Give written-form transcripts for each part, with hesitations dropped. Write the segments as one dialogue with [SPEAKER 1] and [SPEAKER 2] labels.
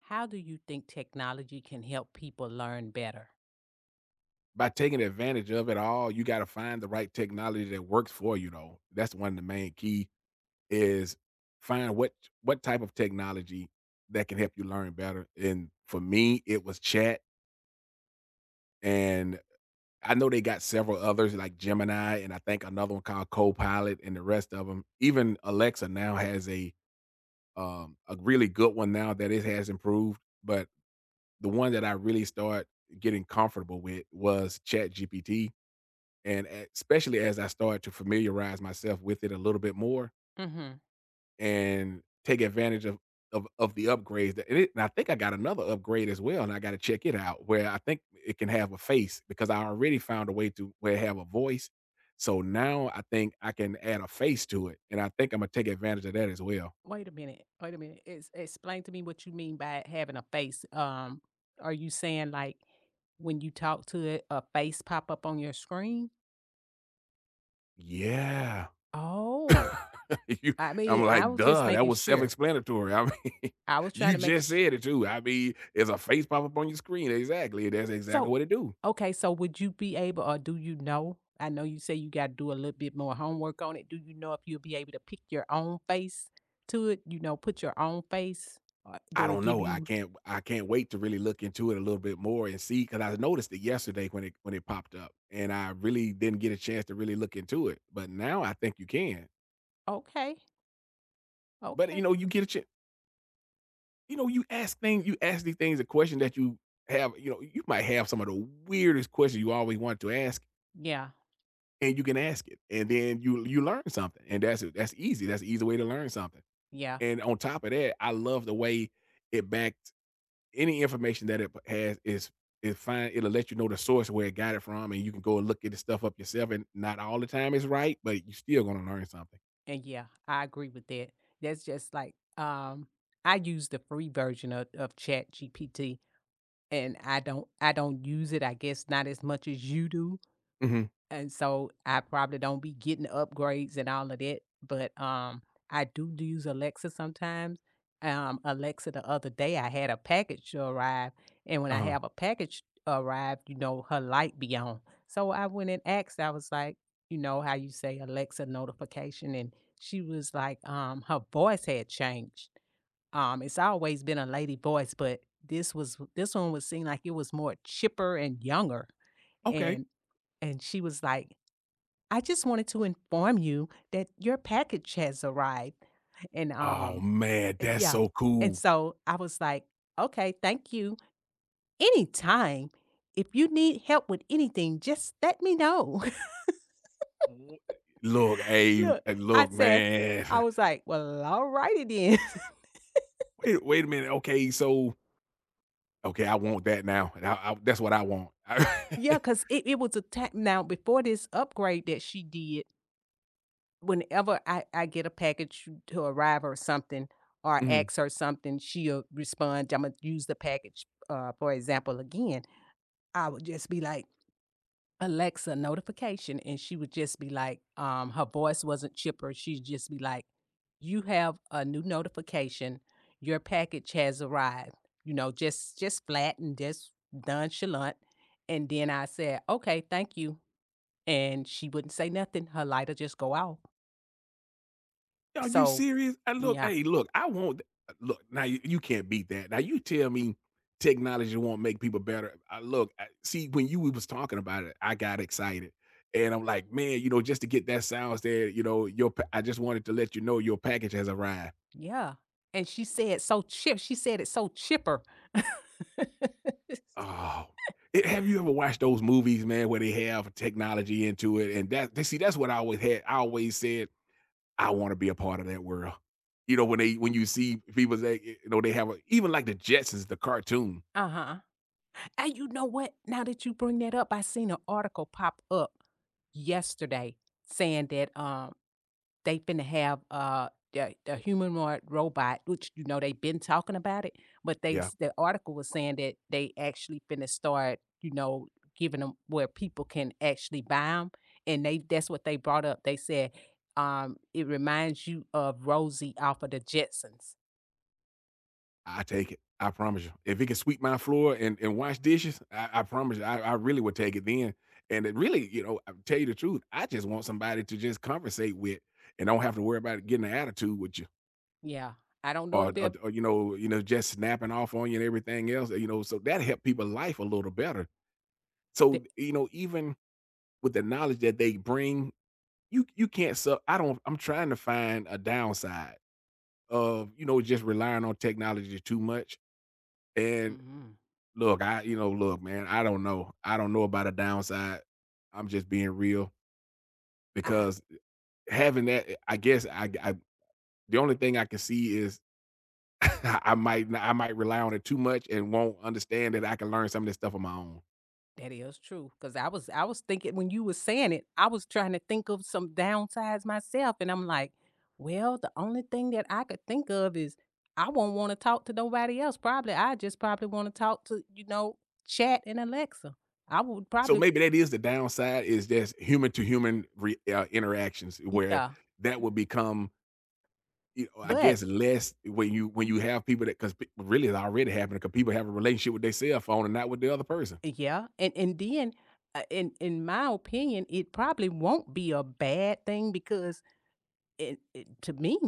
[SPEAKER 1] How do you think technology can help people learn better?
[SPEAKER 2] By taking advantage of it all, you gotta find the right technology that works for you, though. That's one of the main key is find what type of technology that can help you learn better, and for me, it was chat, and I know they got several others like Gemini, and I think another one called Copilot, and the rest of them. Even Alexa now has a really good one now that it has improved, but the one that I really start getting comfortable with was Chat GPT. And e especially as I started to familiarize myself with it a little bit more
[SPEAKER 1] Hmm.
[SPEAKER 2] and take advantage of of the upgrades that and it and I think I got another upgrade as well, and I gotta check it out where I think it can have a face because I already found a way to where it have a voice. So now I think I can add a face to it, and I think Imma take advantage of that as well.
[SPEAKER 1] Wait a minute. Wait a minute. Explain to me what you mean by having a face. Are you saying like when you talk to it, a face pop up on your screen?
[SPEAKER 2] Yeah.
[SPEAKER 1] Oh,
[SPEAKER 2] You
[SPEAKER 1] I
[SPEAKER 2] I'm
[SPEAKER 1] mean, I
[SPEAKER 2] like,
[SPEAKER 1] was just
[SPEAKER 2] "Duh, that
[SPEAKER 1] making
[SPEAKER 2] was
[SPEAKER 1] sure.
[SPEAKER 2] self-explanatory." I mean,
[SPEAKER 1] I was trying
[SPEAKER 2] you
[SPEAKER 1] to make.
[SPEAKER 2] just said it too. I mean, there's a face pop up on your screen. Exactly. That's exactly
[SPEAKER 1] So,
[SPEAKER 2] what it do.
[SPEAKER 1] okay, so would you be able or do you know? I know you say you got to do a little bit more homework on it. Do you know if you'll be able to pick your own face to it? You know, put your own face or
[SPEAKER 2] I
[SPEAKER 1] do it
[SPEAKER 2] don't
[SPEAKER 1] give
[SPEAKER 2] know.
[SPEAKER 1] you,
[SPEAKER 2] I can't wait to really look into it a little bit more and see because I noticed it yesterday when it popped up and I really didn't get a chance to really look into it. But now I think you can.
[SPEAKER 1] okay,
[SPEAKER 2] But
[SPEAKER 1] okay.
[SPEAKER 2] you get a chance, you ask things, you ask these things a question that you have, you might have some of the weirdest questions you always want to ask,
[SPEAKER 1] Yeah,
[SPEAKER 2] and you can ask it. And then you learn something. And that's easy. That's an easy way to learn something.
[SPEAKER 1] yeah.
[SPEAKER 2] And on top of that, I love the way it back any information that it has is fine. It'll let you know the source where it got it from, and you can go and look at the stuff up yourself. And not all the time is right, but you're still gonna learn something.
[SPEAKER 1] And yeah, I agree with that. That's just like, I use the free version of Chat GPT and I don't use it, I guess not as much as you do.
[SPEAKER 2] Hmm.
[SPEAKER 1] And so I probably don't be getting upgrades and all of that, but, I do use Alexa sometimes. Alexa the other day, I had a package to arrive, and when
[SPEAKER 2] Uh
[SPEAKER 1] I
[SPEAKER 2] huh.
[SPEAKER 1] have a package arrive, you know, her light be on. So I went and asked, I was like, you know, how you say Alexa notification, and she was like, her voice had changed. It's always been a lady voice, but this was this one was seemed like it was more chipper and younger,
[SPEAKER 2] Okay.
[SPEAKER 1] and and she was like, I just wanted to inform you that your package has arrived." And,
[SPEAKER 2] Oh man,
[SPEAKER 1] eh,
[SPEAKER 2] that's
[SPEAKER 1] yeah.
[SPEAKER 2] so
[SPEAKER 1] And
[SPEAKER 2] cool.
[SPEAKER 1] so I was like, "Okay, thank you. Anytime. If you need help with anything, just let me know."
[SPEAKER 2] Wh- Look, hey,
[SPEAKER 1] Look, I
[SPEAKER 2] look,
[SPEAKER 1] said I
[SPEAKER 2] man.
[SPEAKER 1] was like, "Well, alrighty then."
[SPEAKER 2] Wait, wait a minute. Okay, so okay, I want that now. That's what I want.
[SPEAKER 1] Yeah, cause it was a ta now before this upgrade that she did, whenever I get a package to arrive or something or
[SPEAKER 2] Mhm.
[SPEAKER 1] ask her something, she'll respond, Imma use the package, for example again. I would just be like, "Alexa, notification," and she would just be like, her voice wasn't chipper, she'd just be like, "You have a new notification. Your package has arrived." You know, just flat and just nonchalant, and then I said, "Okay, thank you," and she wouldn't say nothing, her lighter just go off.
[SPEAKER 2] Are you
[SPEAKER 1] So,
[SPEAKER 2] serious? And look,
[SPEAKER 1] yeah,
[SPEAKER 2] hey, look, I won't look now. You can't beat that. Now you tell me technology won't make people better. See when you we was talking about it, I got excited, and I'm like, man, just to get that sounds there, your I just wanted to let you know your package has arrived.
[SPEAKER 1] yeah, and she said so chip she said it so chipper.
[SPEAKER 2] Oh, have you ever watched those movies, man, where they have technology into it, and that they see that's what I always had. I always said I want to be a part of that world. You know, when they when you see people that you know they have a, even like the Jetsons, the cartoon.
[SPEAKER 1] Uh-huh. And you know what? Now that you bring that up, I seen an article pop up yesterday saying that they finna have the humanoid robot, which you know they've been talking about it, but they
[SPEAKER 2] Yeah,
[SPEAKER 1] was- the article was saying that they actually finna start, you know, giving them where people can actually buy them, and they that's what they brought up. They said it reminds you of Rosie off of the Jetsons.
[SPEAKER 2] I take it. I promise you. If it can sweep my floor and, wash dishes, I promise you, I really would take it then. And it really, you know, I tell you the truth, I just want somebody to just conversate with and don't have to worry about getting an attitude with you
[SPEAKER 1] Yeah, I don't know if
[SPEAKER 2] or, or,
[SPEAKER 1] they're.
[SPEAKER 2] or, you know, just snapping off on you and everything else. You know, so that help people life a little better.
[SPEAKER 1] They,
[SPEAKER 2] So, you know, even with the knowledge that they bring, you can't sub I don't I'm trying to find a downside of, you know, just relying on technology too much. And
[SPEAKER 1] mhm.
[SPEAKER 2] look, look, man, I don't know. I don't know about a downside. I'm just being real because having that, I guess I the only thing I can see is I might not I might rely on it too much and won't understand that I can learn some of this stuff on my own.
[SPEAKER 1] That is true, cause I was thinking when you were saying it, I was trying to think of some downsides myself, and I'm like, "Well, the only thing that I could think of is I won't wanna talk to nobody else, probably, I just probably wanna talk to, you know, Chat and Alexa. I would
[SPEAKER 2] So
[SPEAKER 1] probably."
[SPEAKER 2] maybe that is the downside is just human to human re interactions where
[SPEAKER 1] Yeah,
[SPEAKER 2] that would become you know, I guess
[SPEAKER 1] but
[SPEAKER 2] less when you have people that because really it's already happening because people have a relationship with their cell phone and not with the other person.
[SPEAKER 1] yeah, and then, in my opinion, it probably won't be a bad thing because it to me,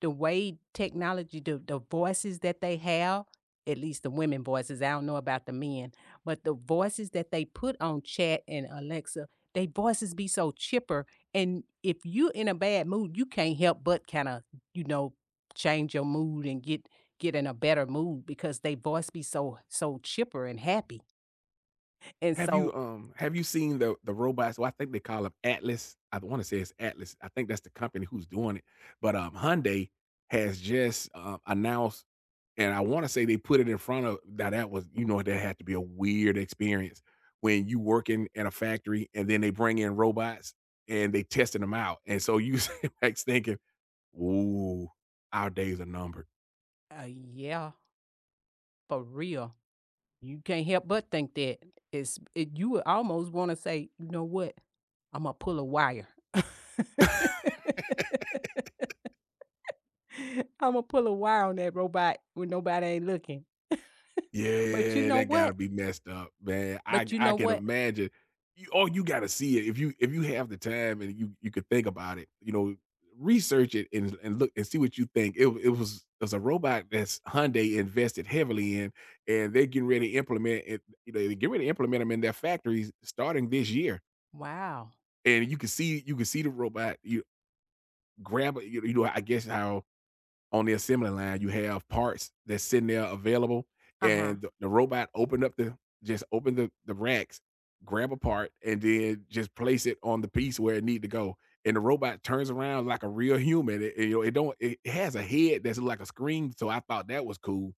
[SPEAKER 1] the way technology, the voices that they have, at least the women voices, I don't know about the men, but the voices that they put on chat and Alexa, they voices be so chipper. And if you in a bad mood, you can't help but kind of, you know, change your mood and get in a better mood because they voice be so chipper and happy. And so
[SPEAKER 2] Have you seen the robots? Well, I think they call them Atlas. I want to say it's Atlas. I think that's the company who's doing it. But Hyundai has just announced, and I want to say they put it in front of now. That was, you know, that had to be a weird experience when you working in a factory and then they bring in robots and they testing them out, and so you like thinking, "Ooh, our days are numbered."
[SPEAKER 1] yeah, for real. You can't help but think that it's it you would almost wanna say, "You know what? Imma pull a wire." "Imma pull a wire on that robot when nobody ain't looking." But you
[SPEAKER 2] Yeah,
[SPEAKER 1] know
[SPEAKER 2] that gotta
[SPEAKER 1] what?
[SPEAKER 2] be messed up, man.
[SPEAKER 1] But you
[SPEAKER 2] I
[SPEAKER 1] know
[SPEAKER 2] can
[SPEAKER 1] what?
[SPEAKER 2] imagine. You all you gotta see it if you have the time and you could think about it, you know, research it and look and see what you think. It w it was a robot that's Hyundai invested heavily in, and they're getting ready to implement it, you know, they get ready to implement them in their factories starting this year.
[SPEAKER 1] Wow.
[SPEAKER 2] And you can see the robot, you grab it. You know, I guess how on the assembly line, you have parts that's sitting there available,
[SPEAKER 1] Uh-huh.
[SPEAKER 2] and the robot opened up the just open the racks, grab a part, and then just place it on the piece where it need to go. And the robot turns around like a real human. You know, it don't. It has a head that's like a screen. So I thought that was cool.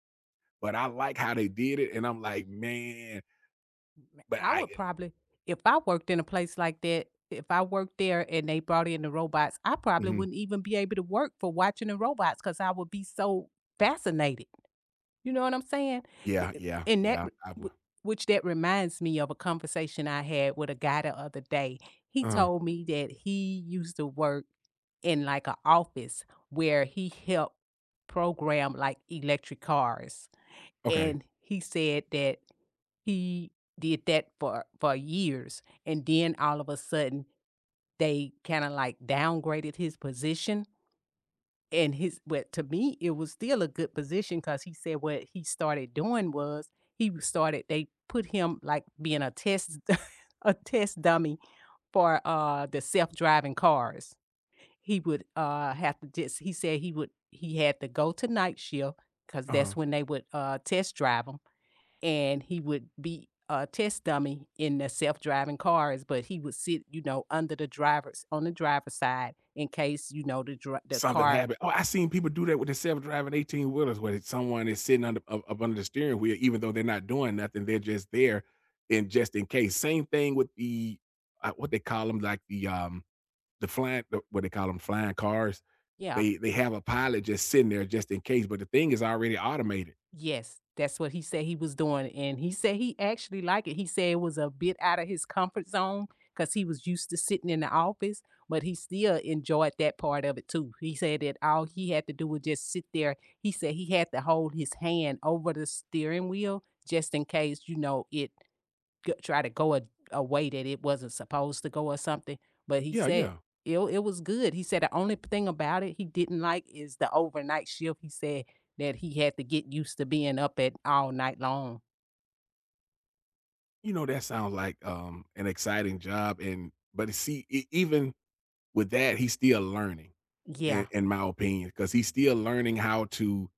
[SPEAKER 2] But I like how they did it, and I'm like, man. But
[SPEAKER 1] I
[SPEAKER 2] I,
[SPEAKER 1] would probably if I worked in a place like that, if I worked there and they brought in the robots, I probably
[SPEAKER 2] Mhm.
[SPEAKER 1] wouldn't even be able to work for watching the robots because I would be so fascinated. You know what I'm saying?
[SPEAKER 2] yeah,
[SPEAKER 1] Eh,
[SPEAKER 2] yeah,
[SPEAKER 1] and that
[SPEAKER 2] yeah. I would.
[SPEAKER 1] which that reminds me of a conversation I had with a guy the other day. He
[SPEAKER 2] Uh,
[SPEAKER 1] told me that he used to work in, like, an office where he helped program, like, electric cars,
[SPEAKER 2] okay.
[SPEAKER 1] and he said that he did that for years, and then all of a sudden, they kinda, like, downgraded his position and his but to me, it was still a good position because he said what he started doing was he started they put him, like, being a test a test dummy for, the self-driving cars. He would, have to just he said he would he had to go to night shift because
[SPEAKER 2] Uh-huh.
[SPEAKER 1] that's when they would, test drive 'em, and he would be a test dummy in the self-driving cars, but he would sit, you know, under the driver's on the driver's side in case, you know, the
[SPEAKER 2] Something
[SPEAKER 1] car
[SPEAKER 2] happened. Oh, I seen people do that with the self-driving 18 wheelers where it's someone is sitting under up under the steering wheel, even though they're not doing nothing, they're just there in just in case. Same thing with the, what they call them, like the flying the what they call them, flying cars.
[SPEAKER 1] yeah.
[SPEAKER 2] They have a pilot just sitting there just in case, but the thing is already automated.
[SPEAKER 1] Yes, that's what he said he was doing, and he said he actually liked it. He said it was a bit out of his comfort zone because he was used to sitting in the office, but he still enjoyed that part of it too. He said that all he had to do was just sit there. He said he had to hold his hand over the steering wheel just in case, you know, it g try to go a way that it wasn't supposed to go or something, but he
[SPEAKER 2] Yeah,
[SPEAKER 1] said
[SPEAKER 2] yeah.
[SPEAKER 1] it it was good. He said the only thing about it he didn't like is the overnight shift. He said that he had to get used to being up at all night long.
[SPEAKER 2] You know, that sounds like, an exciting job and but see, e even with that, he's still learning,
[SPEAKER 1] Yeah,
[SPEAKER 2] in my opinion, because he's still learning how to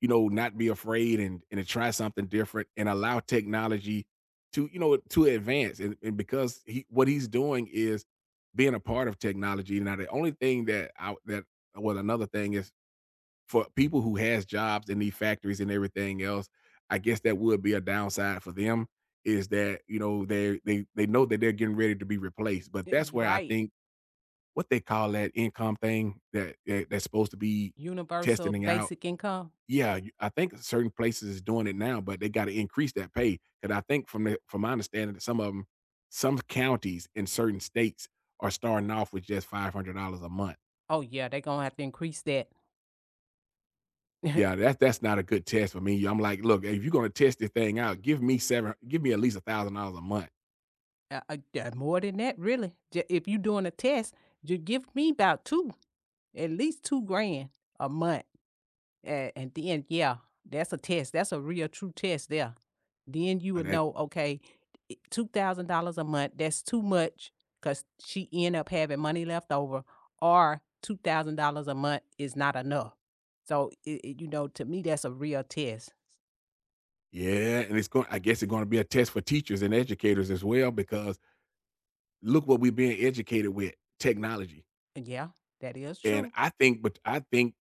[SPEAKER 2] you know, not be afraid and to try something different and allow technology to, you know, to advance. And, because he what he's doing is being a part of technology. Now, the only thing that I that well, another thing is for people who has jobs in these factories and everything else, I guess that would be a downside for them is that you know they know that they're getting ready to be replaced. But
[SPEAKER 1] y
[SPEAKER 2] that's
[SPEAKER 1] you
[SPEAKER 2] where I
[SPEAKER 1] right.
[SPEAKER 2] think what they call that income thing that's supposed to be
[SPEAKER 1] Universal
[SPEAKER 2] testing out.
[SPEAKER 1] basic income?
[SPEAKER 2] Yeah, you I think certain places is doing it now, but they gotta increase that pay. Cause I think from the from my understanding that some counties in certain states are starting off with just $500 a month.
[SPEAKER 1] Oh, yeah, they are gonna have to increase that.
[SPEAKER 2] Yeah, that's not a good test for me. I'm like, "Look, if you're gonna test this thing out, give me at least $1,000 a month."
[SPEAKER 1] Yeah, more than that, really. J if you are doing a test, just give me about 2, at least 2 grand a month. And then, yeah, that's a test. That's a real true test there. Then you
[SPEAKER 2] Like
[SPEAKER 1] would
[SPEAKER 2] that,
[SPEAKER 1] know, okay, $2,000 a month, that's too much because she end up having money left over, or $2,000 a month is not enough. So, it- you know, to me, that's a real test.
[SPEAKER 2] yeah, and it's going. I guess it's gonna be a test for teachers and educators as well because look what we're being educated with, technology,
[SPEAKER 1] And yeah, that is
[SPEAKER 2] and
[SPEAKER 1] true.
[SPEAKER 2] I think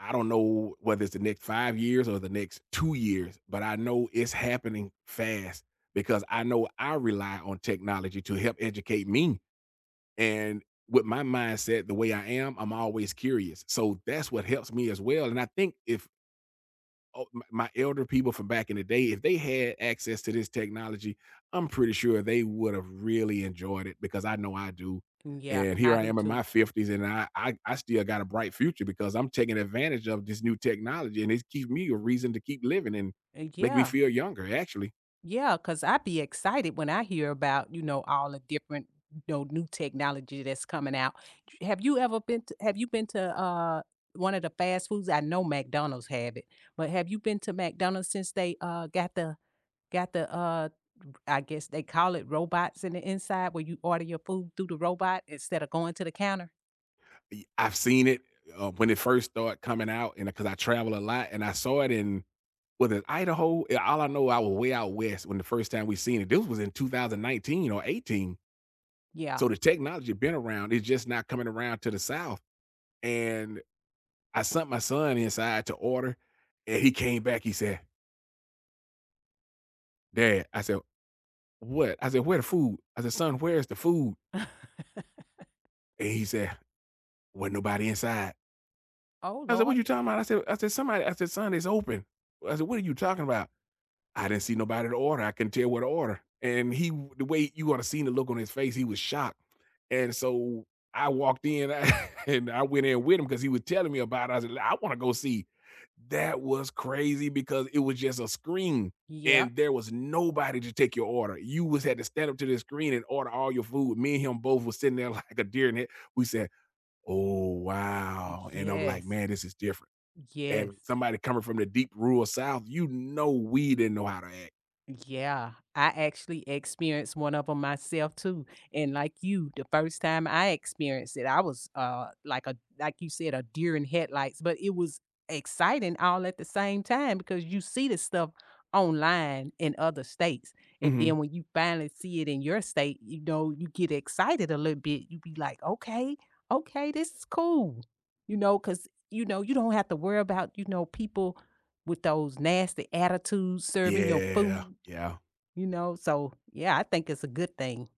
[SPEAKER 2] I don't know whether it's the next 5 years or the next 2 years, but I know it's happening fast because I know I rely on technology to help educate me, and with my mindset the way I am, I'm always curious, so that's what helps me as well, and I think if my elder people from back in the day, if they had access to this technology, I'm pretty sure they would have really enjoyed it because I know I do.
[SPEAKER 1] And yeah,
[SPEAKER 2] And
[SPEAKER 1] I
[SPEAKER 2] here I
[SPEAKER 1] do
[SPEAKER 2] am in
[SPEAKER 1] too.
[SPEAKER 2] my 50s, and I still got a bright future because I'm taking advantage of this new technology, and it gives me a reason to keep living and
[SPEAKER 1] And
[SPEAKER 2] make me
[SPEAKER 1] yeah.
[SPEAKER 2] feel younger. Actually,
[SPEAKER 1] Yeah, cause 'cause I'd be excited when I hear about, you know, all the different, you know, new technology that's coming out. J have you ever been to have you been to, one of the fast foods? I know McDonald's have it, but have you been to McDonald's since they, got the, I guess they call it robots in the inside where you order your food through the robot instead of going to the counter?
[SPEAKER 2] I've seen it when it first started coming out, and because I travel a lot, and I saw it in was it Idaho? Yeah, all I know, I was way out west when the first time we seen it. This was in 2019 or 18.
[SPEAKER 1] Yeah.
[SPEAKER 2] So the technology been around, it's just not coming around to the South. And I sent my son inside to order, and he came back. He said, "Dad," I said, "What?" I said, "Where the food?" I said, "Son, where's the food?" And he said, "Wasn't nobody inside."
[SPEAKER 1] Oh,
[SPEAKER 2] I said, "What
[SPEAKER 1] lord.
[SPEAKER 2] you talking about?" "I said somebody." I said, "Son, it's open." I said, "What are you talking about? I didn't see nobody to order. I couldn't tell what to order." And he the way you oughta seen the look on his face, he was shocked. And so I walked in, and I went in with him because he was telling me about it. I said, I wanna go see." That was crazy because it was just a screen,
[SPEAKER 1] Yep.
[SPEAKER 2] and there was nobody to take your order. You was had to stand up to the screen and order all your food. Me and him both was sitting there like a deer in it we said, "Oh, wow." And I'm like,
[SPEAKER 1] Yes.
[SPEAKER 2] "Man, this is different." And
[SPEAKER 1] Yes.
[SPEAKER 2] somebody coming from the deep rural South, you know we didn't know how to act.
[SPEAKER 1] Yeah, I actually experienced one of them myself too, and like you, the first time I experienced it, I was, like a like you said, a deer in headlights, but it was exciting all at the same time because you see this stuff online in other states, and
[SPEAKER 2] Mhm.
[SPEAKER 1] then when you finally see it in your state, you know, you get excited a little bit, you be like, "Okay, okay, this is cool," you know, cause you know, you don't have to worry about, you know, people with those nasty attitudes serving your
[SPEAKER 2] Yeah,
[SPEAKER 1] food
[SPEAKER 2] yeah,
[SPEAKER 1] you know, so yeah, I think it's a good thing.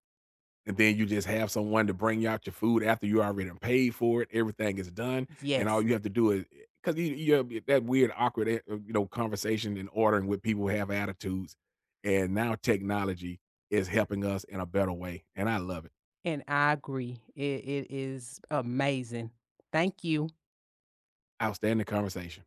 [SPEAKER 2] and then you just have someone to bring you out your food after you already done paid for it, everything is done, and all
[SPEAKER 1] Yes,
[SPEAKER 2] you have to do is 'cause you have that weird, awkward, you know, conversation and ordering with people who have attitudes, and now technology is helping us in a better way, and I love it.
[SPEAKER 1] and I agree. It is amazing. Thank you.
[SPEAKER 2] Outstanding conversation.